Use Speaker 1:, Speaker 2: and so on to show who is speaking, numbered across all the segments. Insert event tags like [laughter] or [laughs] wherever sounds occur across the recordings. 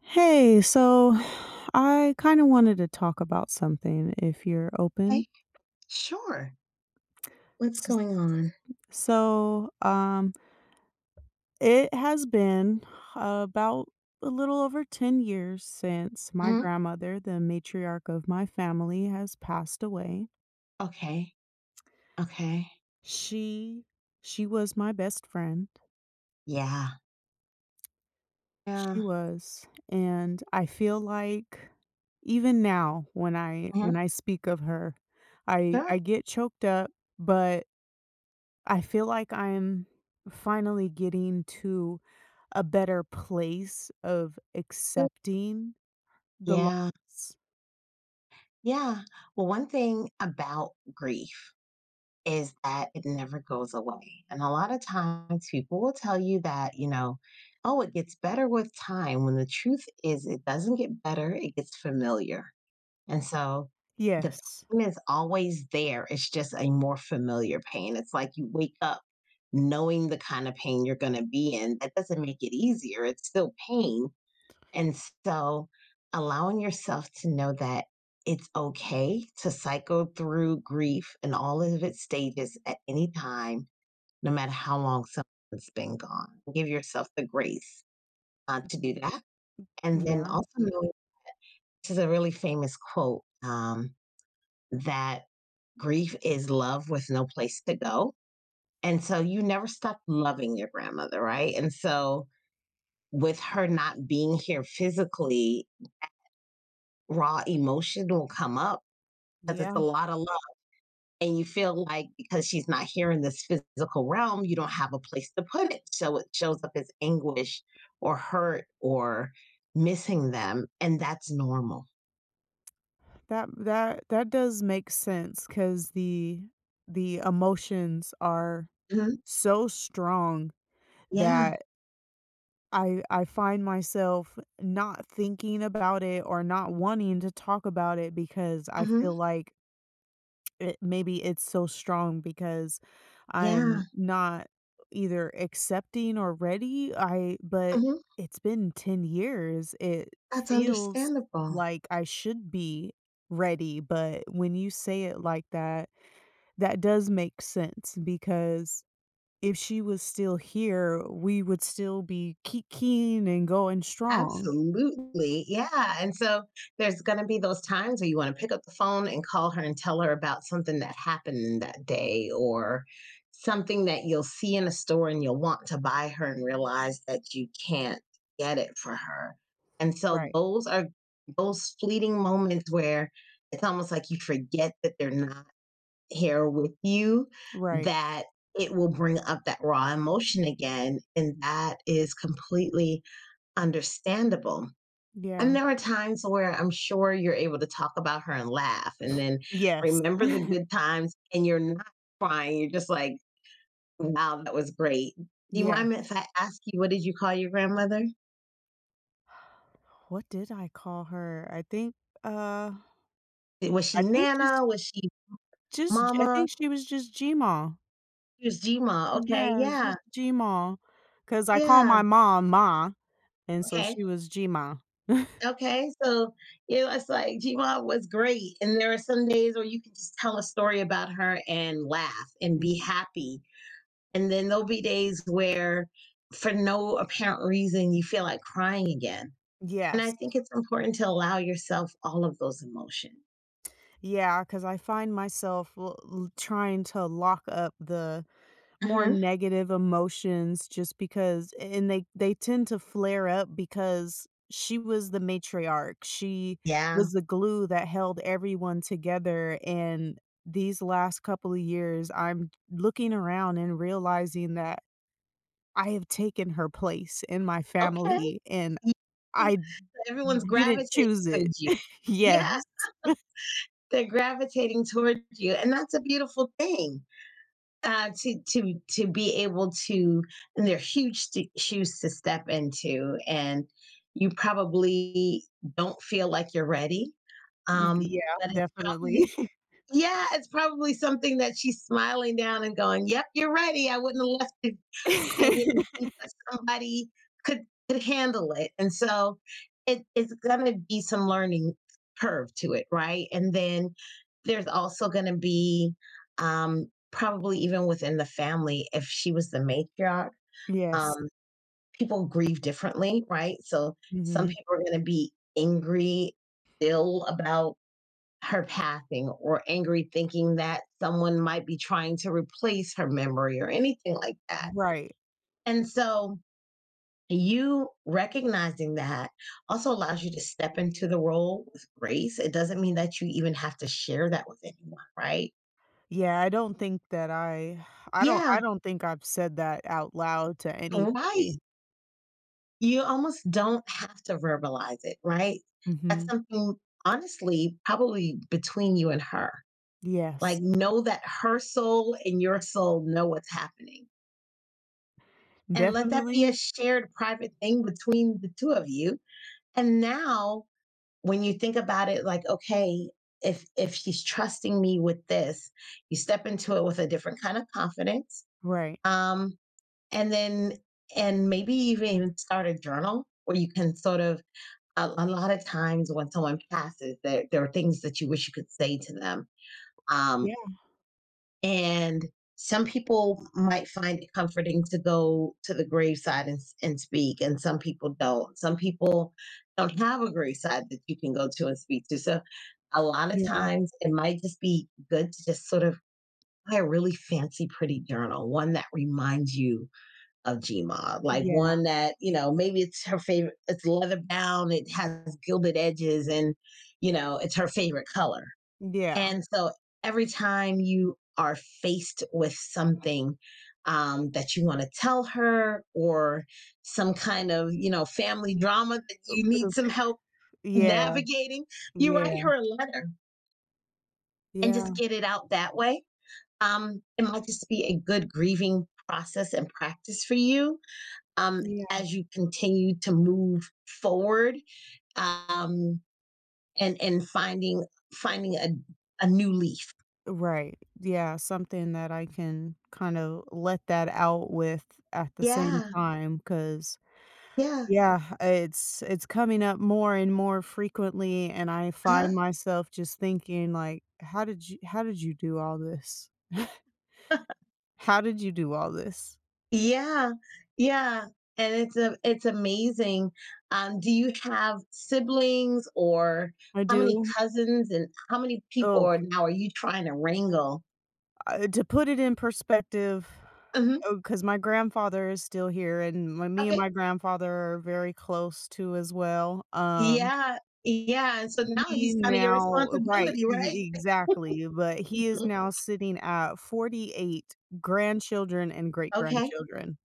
Speaker 1: Hey, so I kind of wanted to talk about something if you're open.
Speaker 2: Okay, sure. What's
Speaker 1: S-
Speaker 2: going on?
Speaker 1: So, um, it has been about a little over 10 years since my
Speaker 2: Mhm.
Speaker 1: grandmother, the matriarch of my family, has passed away.
Speaker 2: Okay, okay.
Speaker 1: She she was my best friend.
Speaker 2: Yeah.
Speaker 1: She
Speaker 2: Yeah.
Speaker 1: was, and I feel like even now when I
Speaker 2: Mhm.
Speaker 1: when I speak of her, I
Speaker 2: Sure.
Speaker 1: I get choked up, but I feel like I'm finally getting to a better place of
Speaker 2: Good.
Speaker 1: accepting the
Speaker 2: Yeah.
Speaker 1: loss.
Speaker 2: Yeah. Well, one thing about grief is that it never goes away. And a lot of times people will tell you that, oh, it gets better with time, when the truth is it doesn't get better, it gets familiar. And so the
Speaker 1: Yes.
Speaker 2: pain is always there. It's just a more familiar pain. It's like you wake up knowing the kind of pain you're going to be in. That doesn't make it easier. It's still pain. And so allowing yourself to know that it's okay to cycle through grief and all of its stages at any time, no matter how long someone's been gone. Give yourself the grace to do that. And then
Speaker 1: Yeah.
Speaker 2: also knowing, this is a really famous quote, that grief is love with no place to go. And so you never stop loving your grandmother, right? And so with her not being here physically, raw emotion will come up because it's a
Speaker 1: Yeah.
Speaker 2: lot of love. And you feel like because she's not here in this physical realm, you don't have a place to put it. So it shows up as anguish or hurt or missing them. And that's normal.
Speaker 1: That does make sense cuz the emotions are
Speaker 2: Mhm.
Speaker 1: so strong
Speaker 2: Yeah.
Speaker 1: that I find myself not thinking about it or not wanting to talk about it because I
Speaker 2: Hmm.
Speaker 1: feel like maybe it's so strong because
Speaker 2: Yeah.
Speaker 1: I'm not either accepting or ready. I but
Speaker 2: Hmm.
Speaker 1: it's been 10 years. It
Speaker 2: That's
Speaker 1: feels
Speaker 2: understandable.
Speaker 1: like I should be ready, but when you say it like that, that does make sense because if she was still here, we would still be keen and going strong.
Speaker 2: Absolutely, yeah, and so there's gonna be those times where you wanna pick up the phone and call her and tell her about something that happened that day, or something that you'll see in a store and you'll want to buy her and realize that you can't get it for her, and so
Speaker 1: Right.
Speaker 2: those are those fleeting moments where it's almost like you forget that they're not here with you,
Speaker 1: Right.
Speaker 2: that it will bring up that raw emotion again, and that is completely understandable. And
Speaker 1: Yeah.
Speaker 2: there are times where I'm sure you're able to talk about her and laugh and then
Speaker 1: Yes.
Speaker 2: remember the good times and you're not crying. You're just like, wow, that was great. Do
Speaker 1: [laughs]
Speaker 2: you
Speaker 1: yeah.
Speaker 2: mind if I ask you, what did you call your grandmother?
Speaker 1: What did I call her? Uh,
Speaker 2: Was she
Speaker 1: I think
Speaker 2: Nana? Was she
Speaker 1: just I
Speaker 2: Mama?
Speaker 1: think she was just g.
Speaker 2: She was Gma. Okay.
Speaker 1: Yeah,
Speaker 2: Yeah.
Speaker 1: just G-Maw, cause I call
Speaker 2: Yeah.
Speaker 1: my mom Ma, and so
Speaker 2: Okay.
Speaker 1: she was Gma. [laughs] maw.
Speaker 2: Okay. So, you know, it's like Gma was great. And there are some days where you can just tell a story about her and laugh and
Speaker 1: Y
Speaker 2: be happy. And then there'll be days where, for no apparent reason, you feel like crying again. And I
Speaker 1: yes.
Speaker 2: think it's important to allow yourself all of those emotions.
Speaker 1: Yeah, 'cause I find myself l l trying to lock up the more
Speaker 2: Mhm.
Speaker 1: negative emotions just because and they tend to flare up because she was the matriarch. She
Speaker 2: Yeah.
Speaker 1: was the glue that held everyone together, and these last couple of years, I'm looking around and realizing that I have taken her place in my
Speaker 2: Okay.
Speaker 1: family, and
Speaker 2: You-
Speaker 1: I
Speaker 2: Everyone's
Speaker 1: didn't
Speaker 2: gravitating
Speaker 1: choose it.
Speaker 2: towards you.
Speaker 1: [laughs] Yes.
Speaker 2: Yeah. They're gravitating towards you. And that's a beautiful thing, to, be able to, and they're huge shoes to step into. And you probably don't feel like you're ready. Um,
Speaker 1: Yeah,
Speaker 2: but it's probably,
Speaker 1: definitely.
Speaker 2: yeah, it's probably something that she's smiling down and going, "Yep, you're ready. I wouldn't have left if I didn't
Speaker 1: [laughs]
Speaker 2: think that somebody could handle it." And so, it, it's going to be some learning curve to it, right? And then there's also going to be, probably even within the family, if she was the matriarch,
Speaker 1: Yes.
Speaker 2: um, people grieve differently, right? So some
Speaker 1: Mhm.
Speaker 2: people are going to be angry, still, about her passing, or angry thinking that someone might be trying to replace her memory or anything like that.
Speaker 1: Right.
Speaker 2: And so you recognizing that also allows you to step into the role with grace. It doesn't mean that you even have to share that with anyone, right?
Speaker 1: Yeah, I don't think that
Speaker 2: Yeah,
Speaker 1: I don't think I've said that out loud to
Speaker 2: right.
Speaker 1: anybody.
Speaker 2: You almost don't have to verbalize it, right? That's
Speaker 1: Mhm.
Speaker 2: something, honestly, probably between you and her. Like,
Speaker 1: Yes.
Speaker 2: know that her soul and your soul know what's happening, and let that be a
Speaker 1: Definitely.
Speaker 2: shared private thing between the two of you. And now, when you think about it, like, okay, if she's trusting me with this, you step into it with a different kind of confidence.
Speaker 1: Right.
Speaker 2: Um and then, and maybe even start a journal where you can sort of, a lot of times when someone passes, there are things that you wish you could say to them. Um
Speaker 1: Yeah,
Speaker 2: and some people might find it comforting to go to the graveside and speak, and some people don't. Some people don't have a graveside that you can go to and speak to. So a lot of
Speaker 1: yeah,
Speaker 2: times it might just be good to just sort of buy a really fancy, pretty journal, one that reminds you of Gma, like
Speaker 1: yeah,
Speaker 2: one that, you know, maybe it's her favorite, it's leather bound, it has gilded edges, and, you know, it's her favorite color,
Speaker 1: yeah.
Speaker 2: and so every time you are faced with something, that you want to tell her, or some kind of, you know, family drama that you need
Speaker 1: It
Speaker 2: some help
Speaker 1: yeah,
Speaker 2: navigating, you write
Speaker 1: yeah,
Speaker 2: her a letter and
Speaker 1: yeah,
Speaker 2: just get it out that way. It might just be a good grieving process and practice for you, um,
Speaker 1: yeah.
Speaker 2: as you continue to move forward, um, and finding a, new leaf.
Speaker 1: Right. Yeah, something that I can kind of let that out with at the same
Speaker 2: Yeah,
Speaker 1: time, because
Speaker 2: yeah.
Speaker 1: yeah, it's coming up more and more frequently, and I
Speaker 2: Uh-huh.
Speaker 1: find myself just thinking like, how did you do all this? How did you do all this?"
Speaker 2: Yeah, yeah, and it's a it's amazing. Do you have siblings, or
Speaker 1: I
Speaker 2: how many
Speaker 1: do.
Speaker 2: cousins and how many people
Speaker 1: oh,
Speaker 2: are you trying to wrangle?
Speaker 1: to put it in perspective,
Speaker 2: Mhm,
Speaker 1: because my grandfather is still here, and my me and
Speaker 2: okay.
Speaker 1: my grandfather are very close too as well,
Speaker 2: Yeah, yeah, and so now
Speaker 1: he
Speaker 2: he's kinda your
Speaker 1: now right,
Speaker 2: responsibility,
Speaker 1: e
Speaker 2: right?
Speaker 1: e exactly, but he is
Speaker 2: Mhm,
Speaker 1: now sitting at 48 grandchildren and
Speaker 2: okay,
Speaker 1: great-grandchildren.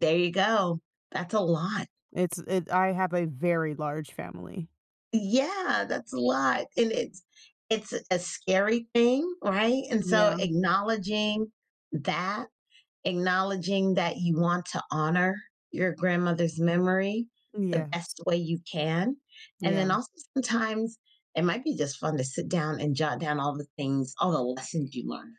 Speaker 2: there you go. That's a lot.
Speaker 1: It's it I have a very large family.
Speaker 2: Yeah, that's a lot, and it's a scary thing, right? And so
Speaker 1: Yeah,
Speaker 2: acknowledging that, acknowledging that you want to honor your grandmother's memory the best
Speaker 1: yes,
Speaker 2: way you can. And
Speaker 1: yeah.
Speaker 2: then also sometimes it might be just fun to sit down and jot down all the things, all the lessons you learned.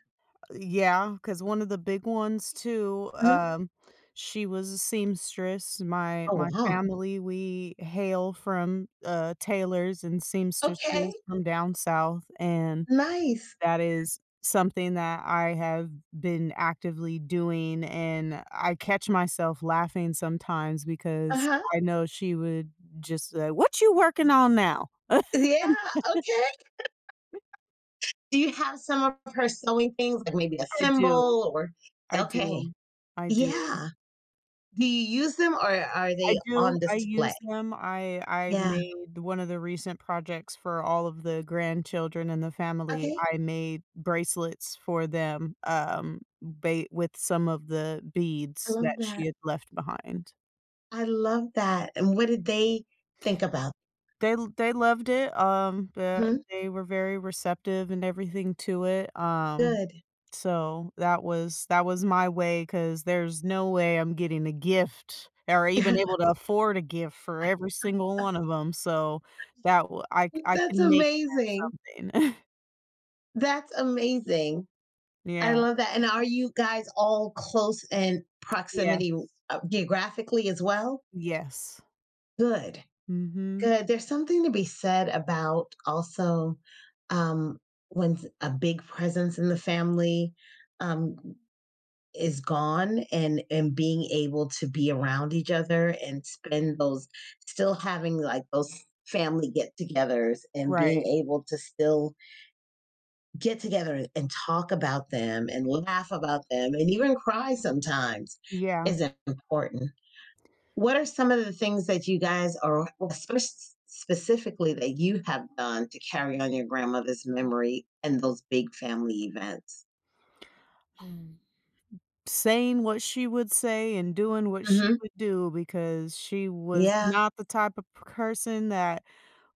Speaker 1: Yeah, because one of the big ones too,
Speaker 2: Mhm.
Speaker 1: she was a seamstress. My
Speaker 2: Oh,
Speaker 1: my
Speaker 2: wow.
Speaker 1: family, we hail from, tailors and
Speaker 2: Okay.
Speaker 1: seamstresses from down south, and
Speaker 2: Nice.
Speaker 1: that is something that I have been actively doing, and I catch myself laughing sometimes
Speaker 2: Uh
Speaker 1: because
Speaker 2: huh.
Speaker 1: I know she would just say, "What you working on now?"
Speaker 2: Yeah. Okay. Do you have some of her sewing things, like maybe a
Speaker 1: I do,
Speaker 2: symbol or?
Speaker 1: I
Speaker 2: Okay.
Speaker 1: do, I do.
Speaker 2: Yeah. Do you use them, or are
Speaker 1: I
Speaker 2: they on
Speaker 1: do, I
Speaker 2: display?
Speaker 1: use them. I
Speaker 2: Yeah.
Speaker 1: made one of the recent projects for all of the grandchildren in the family,
Speaker 2: Okay.
Speaker 1: I made bracelets for them, ba with some of the
Speaker 2: I
Speaker 1: beads
Speaker 2: love
Speaker 1: that she
Speaker 2: that.
Speaker 1: had left behind.
Speaker 2: I love that. And what did they think about?
Speaker 1: They loved it,
Speaker 2: Mhm.
Speaker 1: they were very receptive and everything to it,
Speaker 2: Good.
Speaker 1: so, that was my way because there's no way I'm getting a gift or even able
Speaker 2: [laughs]
Speaker 1: to afford a gift for every single one of them. So that w I c I
Speaker 2: That's
Speaker 1: can make
Speaker 2: amazing.
Speaker 1: them something. [laughs]
Speaker 2: That's amazing. I
Speaker 1: Yeah.
Speaker 2: love that. And are you guys all close in
Speaker 1: Yes.
Speaker 2: proximity, geographically as well?
Speaker 1: Yes.
Speaker 2: Good.
Speaker 1: Mhm.
Speaker 2: Good. There's something to be said about also, um, when a big presence in the family, Um, is gone, and being able to be around each other and spend those, still having like those family get-togethers and being
Speaker 1: Right.
Speaker 2: able to still get together and talk about them and laugh about them and even cry sometimes,
Speaker 1: Yeah.
Speaker 2: is important. What are some of the things that you guys are especially, specifically, that you have done to carry on your grandmother's memory and those big family events?
Speaker 1: Mm. Saying what she would say and doing what she
Speaker 2: Hmm.
Speaker 1: would do, because she was
Speaker 2: Yeah.
Speaker 1: not the type of person that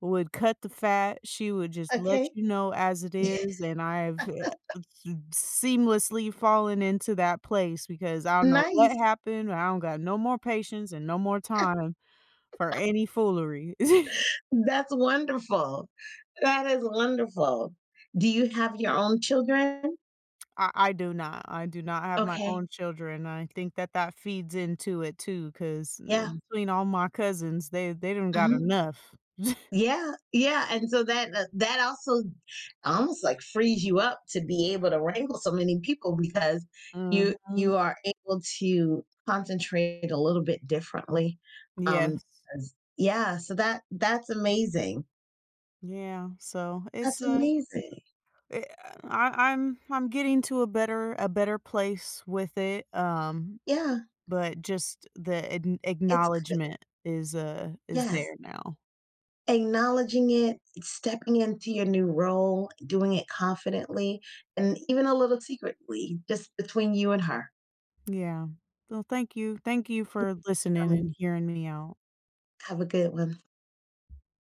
Speaker 1: would cut the fat, she would just let
Speaker 2: Okay.
Speaker 1: you know as it
Speaker 2: [laughs]
Speaker 1: is, and I've, seamlessly fallen into that place because I don't know what
Speaker 2: Nice.
Speaker 1: happened, I don't got no more patience and no more time for any foolery. [laughs]
Speaker 2: That's wonderful. That is wonderful. Do you have your own children?
Speaker 1: I do not have my
Speaker 2: Okay.
Speaker 1: own children, I think that that feeds into it too, because
Speaker 2: Yeah.
Speaker 1: between all my cousins, they don't got
Speaker 2: Mhm.
Speaker 1: enough.
Speaker 2: Yeah. Yeah. And so that, that that also almost like frees you up to be able to wrangle so many people, because you
Speaker 1: Mhm.
Speaker 2: are able to concentrate a little bit differently. Um,
Speaker 1: Yes.
Speaker 2: yeah. So that, that's amazing.
Speaker 1: Yeah, so it's,
Speaker 2: That's amazing.
Speaker 1: Eh, I'm getting to a better place with it,
Speaker 2: Yeah.
Speaker 1: but just the ad
Speaker 2: It's good.
Speaker 1: acknowledgement is there
Speaker 2: Yes.
Speaker 1: now.
Speaker 2: Acknowledging it, stepping into your new role, doing it confidently, and even a little secretly, just between you and her.
Speaker 1: Yeah. Well, thank you. Thank you for listening
Speaker 2: Um,
Speaker 1: and hearing me out.
Speaker 2: have a good one.